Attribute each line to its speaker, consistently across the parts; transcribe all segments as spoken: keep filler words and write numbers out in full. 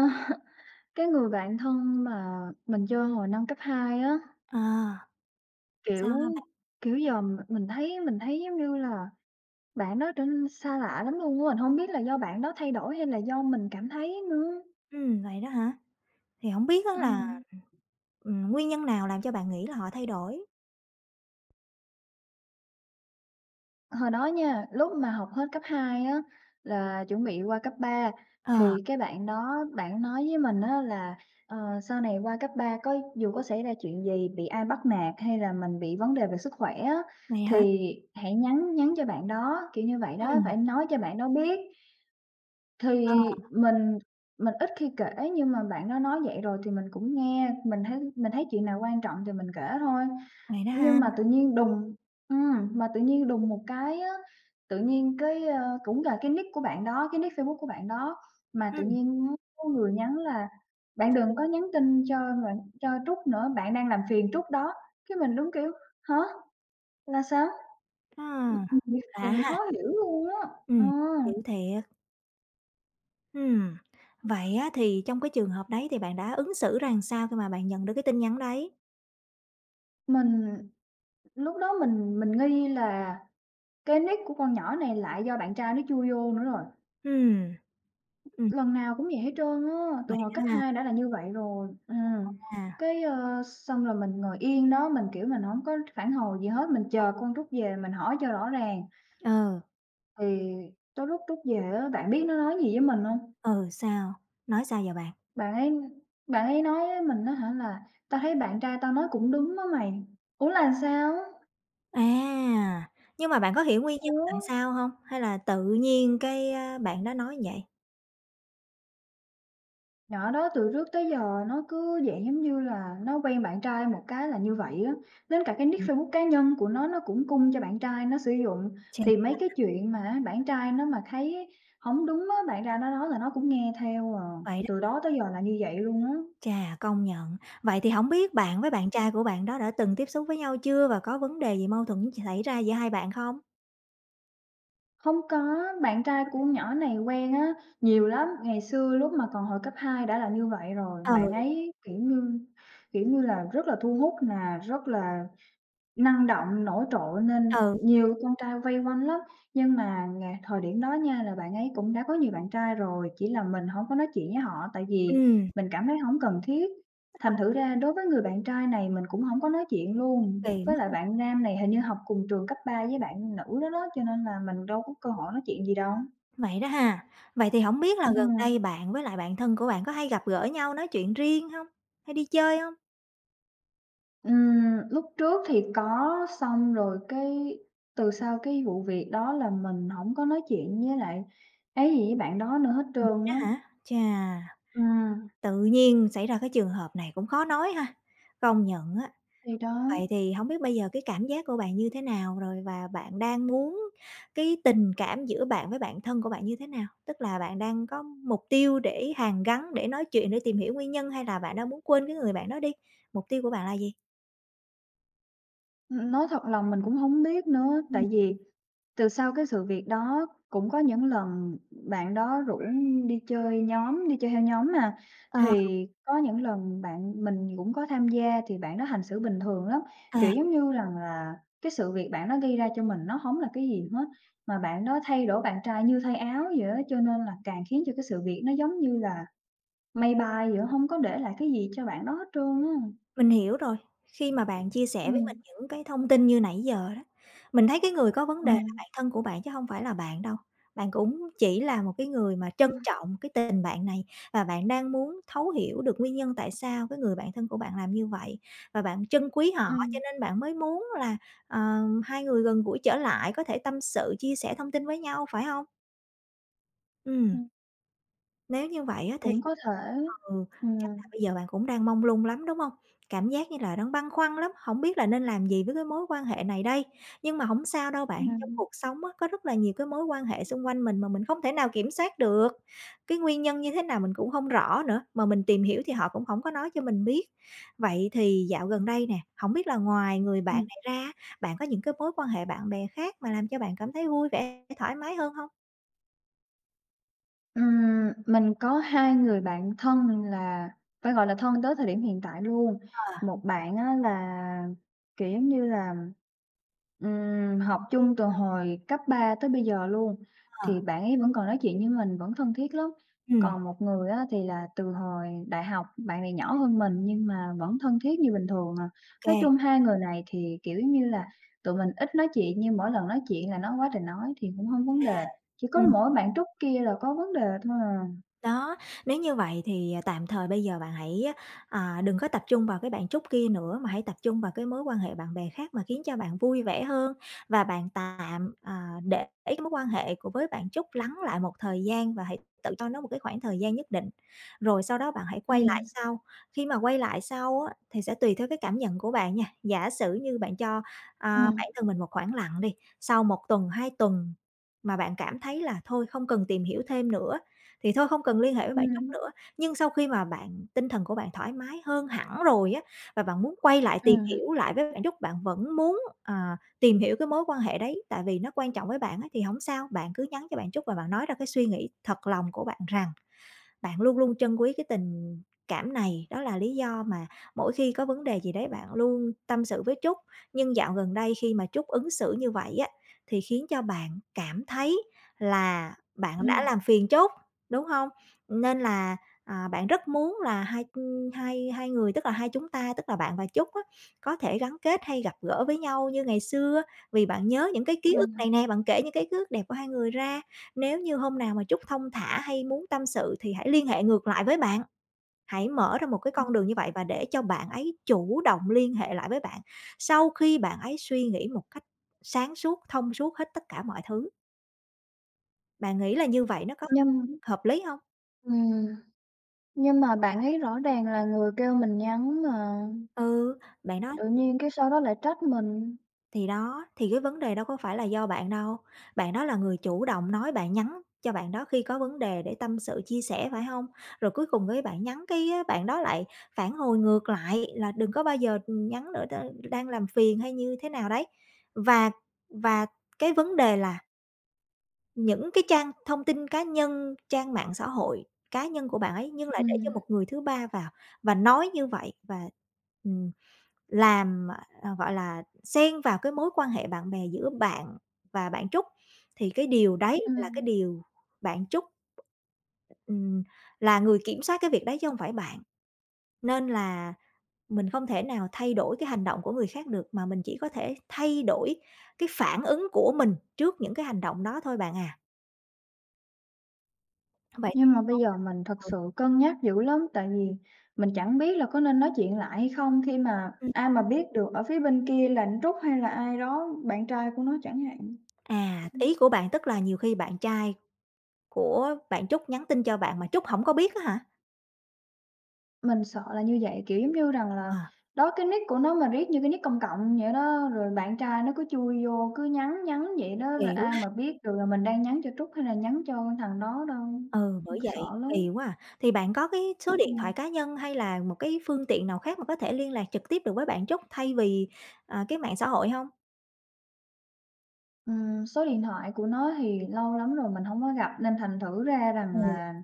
Speaker 1: Cái người bạn thân mà mình chơi hồi năm cấp hai á,
Speaker 2: À,
Speaker 1: kiểu,
Speaker 2: sao hả bạn?
Speaker 1: kiểu, giờ m mình thấy mình thấy giống như là bạn đó trở nên xa lạ lắm luôn á, mình không biết là do bạn đó thay đổi hay là do mình cảm thấy nữa.
Speaker 2: Ừm, vậy đó hả? Thì không biết á là,
Speaker 1: Ừm.
Speaker 2: ừm, nguyên nhân nào làm cho bạn nghĩ là họ thay đổi?
Speaker 1: Hồi đó nha, lúc mà học hết cấp hai á, là chuẩn bị qua cấp ba,
Speaker 2: Ờ,
Speaker 1: thì cái bạn đó bạn nói với mình á là, ờ, sau này qua cấp ba có dù có xảy ra chuyện gì, bị ai bắt nạt hay là mình bị vấn đề về sức khỏe á,
Speaker 2: vậy hả?
Speaker 1: thì hãy nhắn nhắn cho bạn đó, kiểu như vậy đó,
Speaker 2: Ừm,
Speaker 1: phải nói cho bạn đó biết.
Speaker 2: ờ,
Speaker 1: Thì mình mình ít khi kể nhưng mà bạn đó nói vậy rồi thì mình cũng nghe, mình thấy mình thấy chuyện nào quan trọng thì mình kể thôi.
Speaker 2: vậy đó
Speaker 1: Nhưng
Speaker 2: ha.
Speaker 1: mà tự nhiên đùng ừm, mà tự nhiên đùng một cái á, tự nhiên cái, ơ, cũng là cái nick của bạn đó, cái nick Facebook của bạn đó, mà tự
Speaker 2: Ừm,
Speaker 1: nhiên á có người nhắn là "Bạn đừng có nhắn tin cho bạn cho Trúc nữa, bạn đang làm phiền Trúc đó." Cái mình đúng kiểu "Hả? Là sao?"
Speaker 2: à,
Speaker 1: Mình bị
Speaker 2: lạ
Speaker 1: mình bị
Speaker 2: ha.
Speaker 1: khó hiểu luôn á. Ờ,
Speaker 2: Ừm, hiểu thiệt. Ừm, vậy á thì trong cái trường hợp đấy thì bạn đã ứng xử ra làm sao khi mà bạn nhận được cái tin nhắn đấy?
Speaker 1: mình lúc đó mình mình nghi là cái nick của con nhỏ này lại do bạn trai nó chui vô nữa rồi.
Speaker 2: Ừm, ừm,
Speaker 1: Lần nào cũng vậy hết trơn á, từ
Speaker 2: vậy
Speaker 1: hồi
Speaker 2: đó
Speaker 1: cấp
Speaker 2: ha,
Speaker 1: hai đã là như vậy rồi. Ừm,
Speaker 2: à,
Speaker 1: cái, ơ, xong rồi mình ngồi yên đó, mình, kiểu, mình không có phản hồi gì hết, mình chờ con Trúc về mình hỏi cho rõ ràng.
Speaker 2: ờ
Speaker 1: Thì tới lúc Trúc về á, bạn biết nó nói gì với mình không?
Speaker 2: ừ, sao? Nói sao giờ bạn?
Speaker 1: Bạn ấy bạn ấy nói với mình á hả là "Tao thấy bạn trai tao nói cũng đúng á mày." Ủa là sao?
Speaker 2: À, nhưng mà bạn có hiểu nguyên nhân
Speaker 1: Ủa?
Speaker 2: tại sao không? Hay là tự nhiên cái, a, bạn đã nói vậy?
Speaker 1: Nhỏ đó từ trước tới giờ nó cứ dạng, giống như là, nó quen bạn trai một cái là như vậy á, đến cả cái nick Facebook cá nhân của nó nó cũng cung cho bạn trai nó sử dụng.
Speaker 2: Chà,
Speaker 1: Thì mấy cái chuyện mà bạn trai nó mà thấy không đúng á, bạn trai nó nói là nó cũng nghe theo à,
Speaker 2: vậy
Speaker 1: từ
Speaker 2: đó,
Speaker 1: đó tới giờ là như vậy luôn á.
Speaker 2: chà, công nhận. Vậy thì hổng biết bạn với bạn trai của bạn đó đã từng tiếp xúc với nhau chưa và có vấn đề gì mâu thuẫn xảy ra giữa hai bạn không?
Speaker 1: Không có, bạn trai của nhỏ này quen á, nhiều lắm, ngày xưa lúc mà còn hồi cấp hai đã là như vậy rồi, bạn
Speaker 2: Ừ,
Speaker 1: ấy, kiểu như, kiểu như là, rất là thu hút nè, rất là năng động, nổi trội nên
Speaker 2: ừ,
Speaker 1: nhiều con trai vây quanh lắm, nhưng mà ngày thời điểm đó nha là bạn ấy cũng đã có nhiều bạn trai rồi, chỉ là mình hổng có nói chuyện với họ tại vì
Speaker 2: ừm,
Speaker 1: mình cảm thấy hổng cần thiết. Thành thử ra đối với người bạn trai này mình cũng hổng có nói chuyện luôn,
Speaker 2: kỳ
Speaker 1: với lại
Speaker 2: mất.
Speaker 1: bạn nam này hình như học cùng trường cấp ba với bạn nữ đó đó, cho nên là mình đâu có cơ hội nói chuyện gì đâu.
Speaker 2: Vậy đó ha. Vậy thì hổng biết là gần
Speaker 1: Ừm.
Speaker 2: đây bạn với lại bạn thân của bạn có hay gặp gỡ nhau nói chuyện riêng hông? Hay đi chơi hông?
Speaker 1: Ừm, lúc trước thì có, xong rồi cái từ sau cái vụ việc đó là mình hổng có nói chuyện với lại ấy gì với bạn đó nữa hết trơn
Speaker 2: Á
Speaker 1: á.
Speaker 2: hả? Chà,
Speaker 1: Ừm,
Speaker 2: tự nhiên xảy ra cái trường hợp này cũng khó nói ha. Công nhận á.
Speaker 1: thì đó,
Speaker 2: Vậy thì không biết bây giờ cái cảm giác của bạn như thế nào rồi và bạn đang muốn cái tình cảm giữa bạn với bạn thân của bạn như thế nào? Tức là bạn đang có mục tiêu để hàn gắn, để nói chuyện, để tìm hiểu nguyên nhân hay là bạn đang muốn quên cái người bạn đó đi? Mục tiêu của bạn là gì?
Speaker 1: ừm, nói thật lòng mình cũng hổng biết nữa,
Speaker 2: Ừm,
Speaker 1: tại vì từ sau cái sự việc đó cũng có những lần bạn đó rủ đi chơi nhóm, đi chơi theo nhóm mà,
Speaker 2: ờ.
Speaker 1: thì có những lần bạn mình cũng có tham gia thì bạn đó hành xử bình thường lắm,
Speaker 2: À.
Speaker 1: kiểu, giống như rằng là cái sự việc bạn đó gây ra cho mình nó không là cái gì hết, mà bạn đó thay đổi bạn trai như thay áo vậy á, cho nên là càng khiến cho cái sự việc nó giống như là mây bay vậy á, hông có để lại cái gì cho bạn đó hết trơn á.
Speaker 2: Mình hiểu rồi, khi mà bạn chia sẻ với mình
Speaker 1: Ừm,
Speaker 2: những cái thông tin như nãy giờ đó, mình thấy cái người có vấn đề là
Speaker 1: ừm,
Speaker 2: bạn thân của bạn chứ không phải là bạn đâu. Bạn cũng chỉ là một cái người mà trân
Speaker 1: ừm,
Speaker 2: trọng cái tình bạn này và bạn đang muốn thấu hiểu được nguyên nhân tại sao cái người bạn thân của bạn làm như vậy và bạn trân quý họ cho
Speaker 1: ừm,
Speaker 2: nên bạn mới muốn là, ờ, hai người gần gũi trở lại, có thể tâm sự, chia sẻ thông tin với nhau, phải không? Ừm.
Speaker 1: ừm,
Speaker 2: Nếu như vậy á thì
Speaker 1: cũng có thể.
Speaker 2: ừ, chắc
Speaker 1: Ừm,
Speaker 2: là bây giờ bạn cũng đang mông lung lắm, đúng không? Cảm giác như là đang băn khoăn lắm, không biết là nên làm gì với cái mối quan hệ này đây. Nhưng mà không sao đâu bạn, trong
Speaker 1: ừm,
Speaker 2: cuộc sống á, có rất là nhiều cái mối quan hệ xung quanh mình mà mình không thể nào kiểm soát được. Cái nguyên nhân như thế nào mình cũng không rõ nữa, mà mình tìm hiểu thì họ cũng không có nói cho mình biết. Vậy thì dạo gần đây nè, không biết là ngoài người bạn
Speaker 1: ừm.
Speaker 2: này ra bạn có những cái mối quan hệ bạn bè khác mà làm cho bạn cảm thấy vui vẻ, thoải mái hơn không?
Speaker 1: Ừm, mình có hai người bạn thân là phải gọi là thân tới thời điểm hiện tại luôn.
Speaker 2: Ờ,
Speaker 1: Một bạn á là, kiểu, giống như là, ừm, học chung từ hồi cấp ba tới bây giờ luôn,
Speaker 2: ờ,
Speaker 1: thì bạn ấy vẫn còn nói chuyện với mình, vẫn thân thiết lắm.
Speaker 2: ừm.
Speaker 1: Còn một người á thì là từ hồi đại học, bạn này nhỏ hơn mình nhưng mà vẫn thân thiết như bình thường à.
Speaker 2: Ô
Speaker 1: Nói
Speaker 2: kê.
Speaker 1: chung hai người này thì, kiểu, giống như là, tụi mình ít nói chuyện nhưng mỗi lần nói chuyện là nó quá trời nói thì cũng không vấn đề, chỉ có mỗi bạn Trúc kia là có vấn đề thôi à.
Speaker 2: Đó, nếu như vậy thì, à, tạm thời bây giờ bạn hãy, à, à, đừng có tập trung vào cái bạn Trúc kia nữa, mà hãy tập trung vào cái mối quan hệ bạn bè khác mà khiến cho bạn vui vẻ hơn. Và bạn tạm, à, để cái mối quan hệ của với bạn Trúc lắng lại một thời gian và hãy tự cho nó một cái khoảng thời gian nhất định. Rồi sau đó bạn hãy quay lại
Speaker 1: Ừm,
Speaker 2: sau, khi mà quay lại sau á, thì sẽ tùy theo cái cảm nhận của bạn nha. Giả sử như bạn cho, à,
Speaker 1: ừm,
Speaker 2: bản thân mình một khoảng lặng đi, sau một tuần, hai tuần mà bạn cảm thấy là thôi không cần tìm hiểu thêm nữa, thì thôi không cần liên hệ với bạn chút
Speaker 1: ừm,
Speaker 2: nữa. Nhưng sau khi mà bạn tinh thần của bạn thoải mái hơn hẳn rồi á, và bạn muốn quay lại tìm
Speaker 1: ừm,
Speaker 2: hiểu lại với bạn Trúc, bạn vẫn muốn, à, tìm hiểu cái mối quan hệ đấy, tại vì nó quan trọng với bạn á, thì không sao, bạn cứ nhắn cho bạn Trúc và bạn nói ra cái suy nghĩ thật lòng của bạn rằng bạn luôn luôn trân quý cái tình cảm này, đó là lý do mà mỗi khi có vấn đề gì đấy bạn luôn tâm sự với Trúc. Nhưng dạo gần đây khi mà Trúc ứng xử như vậy á, thì khiến cho bạn cảm thấy là bạn đã
Speaker 1: ừm,
Speaker 2: làm phiền Trúc, đúng không? Nên là, à, bạn rất muốn là hai, hai hai người, tức là hai chúng ta, tức là bạn và Trúc á, có thể gắn kết hay gặp gỡ với nhau như ngày xưa, vì bạn nhớ những cái ký
Speaker 1: ờ,
Speaker 2: ức này nè, bạn kể những cái ký ức đẹp của hai người ra. Nếu như hôm nào mà Trúc thong thả hay muốn tâm sự thì hãy liên hệ ngược lại với bạn, hãy mở ra một cái con đường như vậy và để cho bạn ấy chủ động liên hệ lại với bạn sau khi bạn ấy suy nghĩ một cách sáng suốt, thông suốt hết tất cả mọi thứ. Bạn nghĩ là như vậy nó có
Speaker 1: nhưng
Speaker 2: hợp lý không?
Speaker 1: ừm, nhưng mà bạn ấy rõ ràng là người kêu mình nhắn mà
Speaker 2: Ừ, bạn nói.
Speaker 1: tự nhiên cái sau đó lại trách mình.
Speaker 2: Thì đó, thì cái vấn đề đâu có phải là do bạn đâu, bạn đó là người chủ động nói, bạn nhắn cho bạn đó khi có vấn đề để tâm sự, chia sẻ, phải không? Rồi cuối cùng cái bạn nhắn cái á, bạn đó lại phản hồi ngược lại là "Đừng có bao giờ, nhắn nữa, ta đang làm phiền" hay như thế nào đấy. Và và cái vấn đề là những cái trang thông tin cá nhân, trang mạng xã hội cá nhân của bạn ấy nhưng lại để cho
Speaker 1: Ừm,
Speaker 2: một người thứ ba vào và nói như vậy và ừm. Làm, ờ, gọi là, xen vào cái mối quan hệ bạn bè giữa bạn và bạn Trúc, thì cái điều đấy là cái
Speaker 1: ừm,
Speaker 2: điều bạn Trúc, ừm, là người kiểm soát cái việc đấy chứ không phải bạn. Nên là mình không thể nào thay đổi cái hành động của người khác được, mà mình chỉ có thể thay đổi cái phản ứng của mình trước những cái hành động đó thôi bạn à. Vậy
Speaker 1: nhưng mà bây giờ mình thật
Speaker 2: ừ,
Speaker 1: sự cân nhắc dữ lắm, tại vì mình chẳng biết là có nên nói chuyện lại hay không khi mà
Speaker 2: ừm.
Speaker 1: ai mà biết được ở phía bên kia là anh Trúc hay là ai đó, bạn trai của nó chẳng hạn.
Speaker 2: À, ý của bạn tức là nhiều khi bạn trai của bạn Trúc nhắn tin cho bạn mà Trúc không có biết á hả?
Speaker 1: Mình sợ là như vậy, kiểu, giống như rằng là
Speaker 2: Ờ,
Speaker 1: đó, cái nick của nó mà riết như cái nick công cộng vậy đó, rồi bạn trai nó cứ chui vô, cứ nhắn nhắn vậy đó, rồi ai
Speaker 2: kỳ.
Speaker 1: mà biết được là mình đang nhắn cho Trúc hay là nhắn cho con thằng đó đâu,
Speaker 2: Ừ, bởi
Speaker 1: sợ
Speaker 2: vậy,
Speaker 1: lắm.
Speaker 2: kỳ quá à. Thì bạn có cái số điện thoại
Speaker 1: Ừm,
Speaker 2: cá nhân hay là một cái phương tiện nào khác mà có thể liên lạc trực tiếp được với bạn Trúc thay vì, à, cái mạng xã hội hông?
Speaker 1: ừm, số điện thoại của nó thì lâu lắm rồi mình không có gặp nên thành thử ra
Speaker 2: Ừ.
Speaker 1: rằng là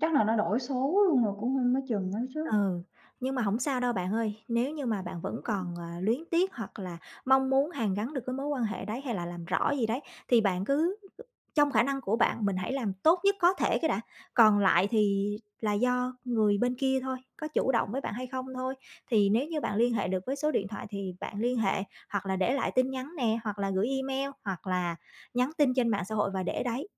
Speaker 1: chắc là nó đổi số luôn rồi cũng không có chừng nữa chứ.
Speaker 2: Ừ, nhưng mà hổng sao đâu bạn ơi. Nếu như mà bạn vẫn còn, ờ, luyến tiếc hoặc là mong muốn hàn gắn được cái mối quan hệ đấy hay là làm rõ gì đấy, thì bạn cứ ừ, trong khả năng của bạn mình hãy làm tốt nhất có thể cái đã, còn lại thì là do người bên kia thôi, có chủ động với bạn hay không thôi. Thì nếu như bạn liên hệ được với số điện thoại thì bạn liên hệ, hoặc là để lại tin nhắn nè, hoặc là gửi email, hoặc là nhắn tin trên mạng xã hội và để đấy.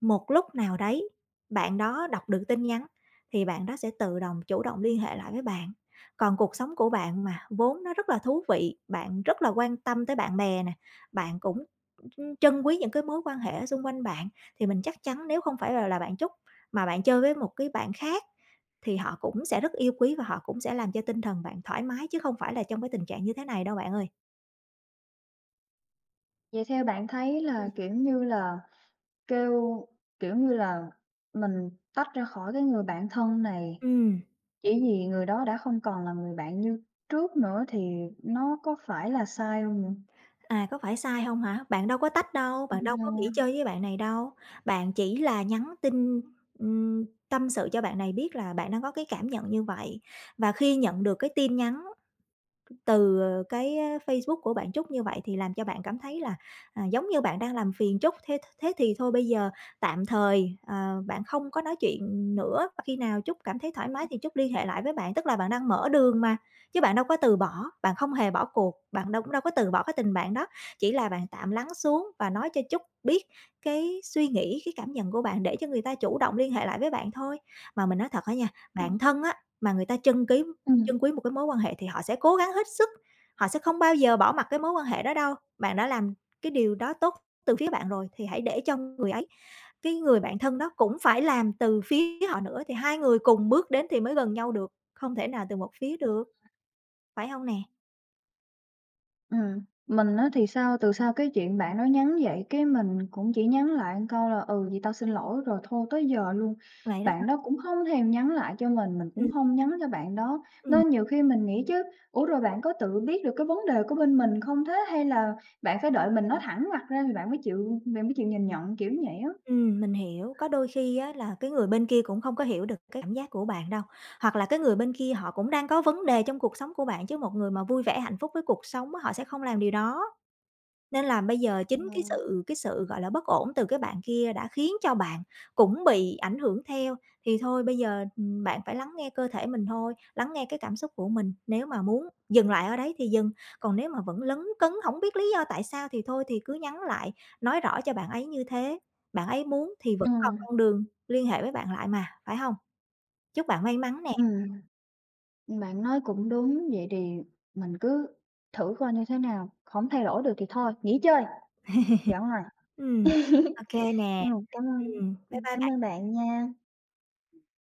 Speaker 2: Một lúc nào đấy, bạn đó đọc được tin nhắn thì bạn đó sẽ tự động chủ động liên hệ lại với bạn. Còn cuộc sống của bạn mà vốn nó rất là thú vị, bạn rất là quan tâm tới bạn bè nè, bạn cũng, ừ, trân quý những cái mối quan hệ ở xung quanh bạn, thì mình chắc chắn nếu không phải là là bạn Trúc mà bạn chơi với một cái bạn khác thì họ cũng sẽ rất yêu quý và họ cũng sẽ làm cho tinh thần bạn thoải mái chứ không phải là trong cái tình trạng như thế này đâu bạn ơi.
Speaker 1: Vậy theo bạn thấy
Speaker 2: Ừ.
Speaker 1: là, kiểu như là, kêu kiểu như là, mình tách ra khỏi cái người bạn thân này chỉ vì người đó đã không còn là người bạn như trước nữa thì nó có phải là sai không nhỉ?
Speaker 2: À, có phải sai hông hả? Bạn đâu có tách đâu, bạn đâu
Speaker 1: Ừm,
Speaker 2: có nghỉ
Speaker 1: Ừm.
Speaker 2: chơi với bạn này đâu. Bạn chỉ là nhắn tin, ừm, tâm sự cho bạn này biết là bạn đang có cái cảm nhận như vậy. Và khi nhận được cái tin nhắn từ ờ, cái, ờ, Facebook của bạn Trúc như vậy thì làm cho bạn cảm thấy là, à, giống như bạn đang làm phiền Trúc, thế thế thì thôi bây giờ tạm thời, ờ, bạn không có nói chuyện nữa, và khi nào Trúc cảm thấy thoải mái thì Trúc liên hệ lại với bạn. Tức là bạn đang mở đường mà, chứ bạn đâu có từ bỏ, bạn không hề bỏ cuộc, bạn đâu cũng đâu có từ bỏ cái tình bạn đó, chỉ là bạn tạm lắng xuống và nói cho Trúc biết cái suy nghĩ, cái cảm nhận của bạn để cho người ta chủ động liên hệ lại với bạn thôi. Mà mình nói thật á nha,
Speaker 1: Ừm.
Speaker 2: bạn thân á, mà người ta chân ký trân quý một cái mối quan hệ thì họ sẽ cố gắng hết sức, họ sẽ không bao giờ bỏ mặc cái mối quan hệ đó đâu. Bạn đã làm cái điều đó tốt từ phía bạn rồi thì hãy để cho người ấy, cái người bạn thân đó cũng phải làm từ phía họ nữa, thì hai người cùng bước đến thì mới gần nhau được, không thể nào từ một phía được, phải không nè?
Speaker 1: Mình á thì sao từ sau cái chuyện bạn đó nhắn vậy, cái mình cũng chỉ nhắn lại một câu là "Ừ, vậy tao xin lỗi" rồi thôi tới giờ luôn.
Speaker 2: Vậy đó.
Speaker 1: Bạn đó cũng không thèm nhắn lại cho mình, mình cũng
Speaker 2: Ừm,
Speaker 1: không nhắn cho bạn đó,
Speaker 2: ừm,
Speaker 1: nên nhiều khi mình nghĩ chứ, ủa, rồi bạn có tự biết được cái vấn đề của bên mình không thế? Hay là bạn phải đợi mình nói thẳng mặt ra thì bạn mới chịu bạn mới chịu nhìn nhận, kiểu vậy á.
Speaker 2: ừm, mình hiểu. Có đôi khi á là cái người bên kia cũng không có hiểu được cái cảm giác của bạn đâu, hoặc là cái người bên kia họ cũng đang có vấn đề trong cuộc sống của bạn, chứ một người mà vui vẻ hạnh phúc với cuộc sống á, họ sẽ không làm điều đó. Nên là bây giờ chính cái
Speaker 1: Ờ.
Speaker 2: sự cái sự, gọi là, bất ổn từ cái bạn kia đã khiến cho bạn cũng bị ảnh hưởng theo, thì thôi bây giờ, ừm, bạn phải lắng nghe cơ thể mình thôi, lắng nghe cái cảm xúc của mình, nếu mà muốn dừng lại ở đấy thì dừng, còn nếu mà vẫn lấn cấn không biết lý do tại sao thì thôi thì cứ nhắn lại, nói rõ cho bạn ấy như thế, bạn ấy muốn thì vẫn còn
Speaker 1: Ừm,
Speaker 2: con đường liên hệ với bạn lại mà, phải không? Chúc bạn may mắn nè.
Speaker 1: bạn nói cũng đúng, vậy thì mình cứ thử coi như thế nào, không thay đổi được thì thôi, nghỉ chơi, giận rồi.
Speaker 2: Ừm, ô nè,
Speaker 1: Ừm, cảm ơn,
Speaker 2: ừm, bye
Speaker 1: ừm, cảm
Speaker 2: bye.
Speaker 1: ơn bạn nha.